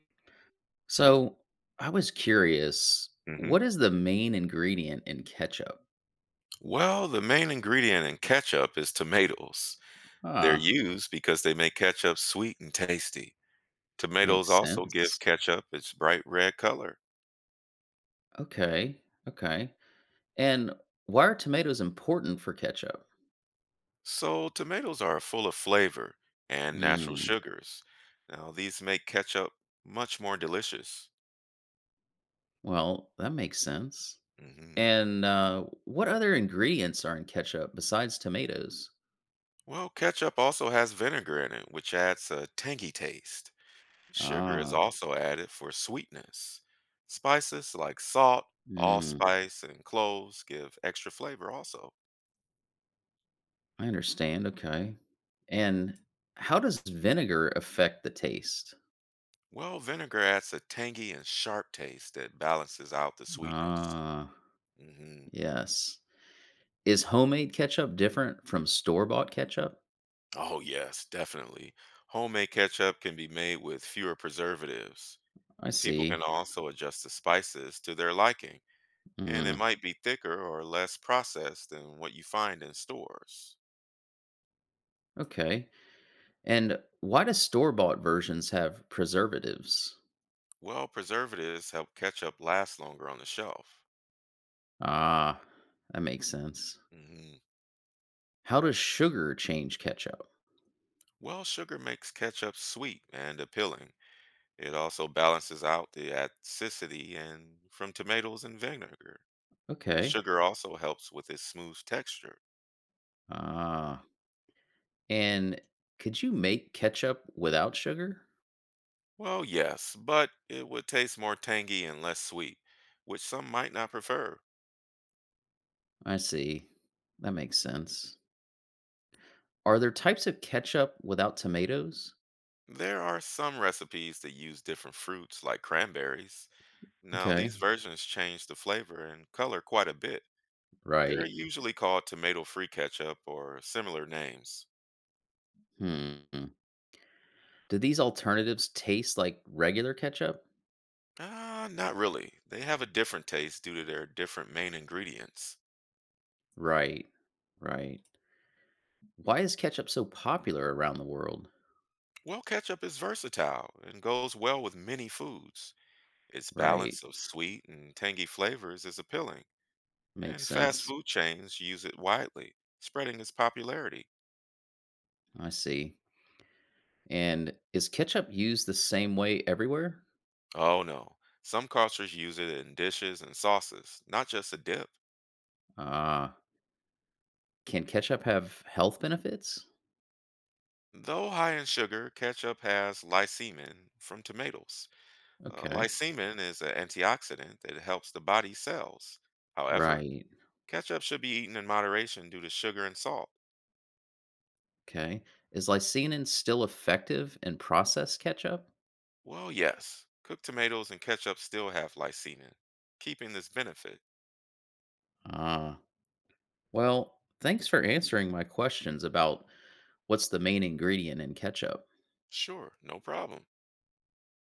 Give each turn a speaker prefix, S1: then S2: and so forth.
S1: So I was curious,
S2: Mhm.
S1: what is the main ingredient in ketchup?
S2: Well, the main ingredient in ketchup is tomatoes. They're
S1: Huh,
S2: used because they make ketchup sweet and tasty. Tomatoes
S1: makes
S2: also give
S1: sense.
S2: ketchup its bright red color.
S1: Okay, okay. And why are tomatoes important for ketchup?
S2: So, tomatoes are full of flavor and natural
S1: Hmm,
S2: sugars. Now, these make ketchup much more delicious.
S1: well, that makes sense.
S2: Hmm.
S1: And what other ingredients are in ketchup besides tomatoes?
S2: Well, ketchup also has vinegar in it, which adds a tangy taste. Sugar is
S1: Ah,
S2: also added for sweetness. Spices like salt,
S1: mm,
S2: allspice, and cloves give extra flavor also.
S1: I understand. Okay. And how does vinegar affect the taste?
S2: Well, vinegar adds a tangy and sharp taste that balances out the sweetness.
S1: Ah,
S2: Hmm.
S1: yes. Is homemade ketchup different from store-bought ketchup?
S2: Oh, yes, definitely. Homemade ketchup can be made with fewer preservatives.
S1: I
S2: People can
S1: see.
S2: also adjust the spices to their liking, and it
S1: Mm,
S2: might be thicker or less processed than what you find in stores.
S1: okay. And why do store-bought versions have preservatives?
S2: Well, preservatives help ketchup last longer on the shelf.
S1: Ah, that makes sense.
S2: Hmm.
S1: How does sugar change ketchup?
S2: Well, sugar makes ketchup sweet and appealing. It also balances out the acidity and from tomatoes and vinegar. The
S1: Okay.
S2: sugar also helps with its smooth texture.
S1: Ah. And could you make ketchup without sugar?
S2: Well, yes, but it would taste more tangy and less sweet, which some might not prefer.
S1: I see. That makes sense. Are there types of ketchup without tomatoes?
S2: There are some recipes that use different fruits, like cranberries. Now,
S1: Okay.
S2: these versions change the flavor and color quite a bit. They're
S1: Right.
S2: usually called tomato free ketchup or similar names.
S1: Hmm. Do these alternatives taste like regular ketchup?
S2: Ah, not really. They have a different taste due to their different main ingredients.
S1: Right. Right. Why is ketchup so popular around the world?
S2: Well, ketchup is versatile and goes well with many foods. Its
S1: Right.
S2: balance of sweet and tangy flavors is appealing,
S1: Makes
S2: and fast
S1: sense.
S2: food chains use it widely, spreading its popularity.
S1: I see. And is ketchup used the same way everywhere?
S2: Oh no, some cultures use it in dishes and sauces, not just a dip.
S1: Ah, can ketchup have health benefits?
S2: Though high in sugar, ketchup has lycemine from tomatoes.
S1: Okay.
S2: Lycemine is an antioxidant that helps the body cells. However,
S1: Right.
S2: Ketchup should be eaten in moderation due to sugar and salt.
S1: Okay. Is lycinin still effective in processed ketchup?
S2: Well, yes, cooked tomatoes and ketchup still have lysine, keeping this benefit.
S1: Ah, well, thanks for answering my questions about what's the main ingredient in ketchup.
S2: Sure, no problem.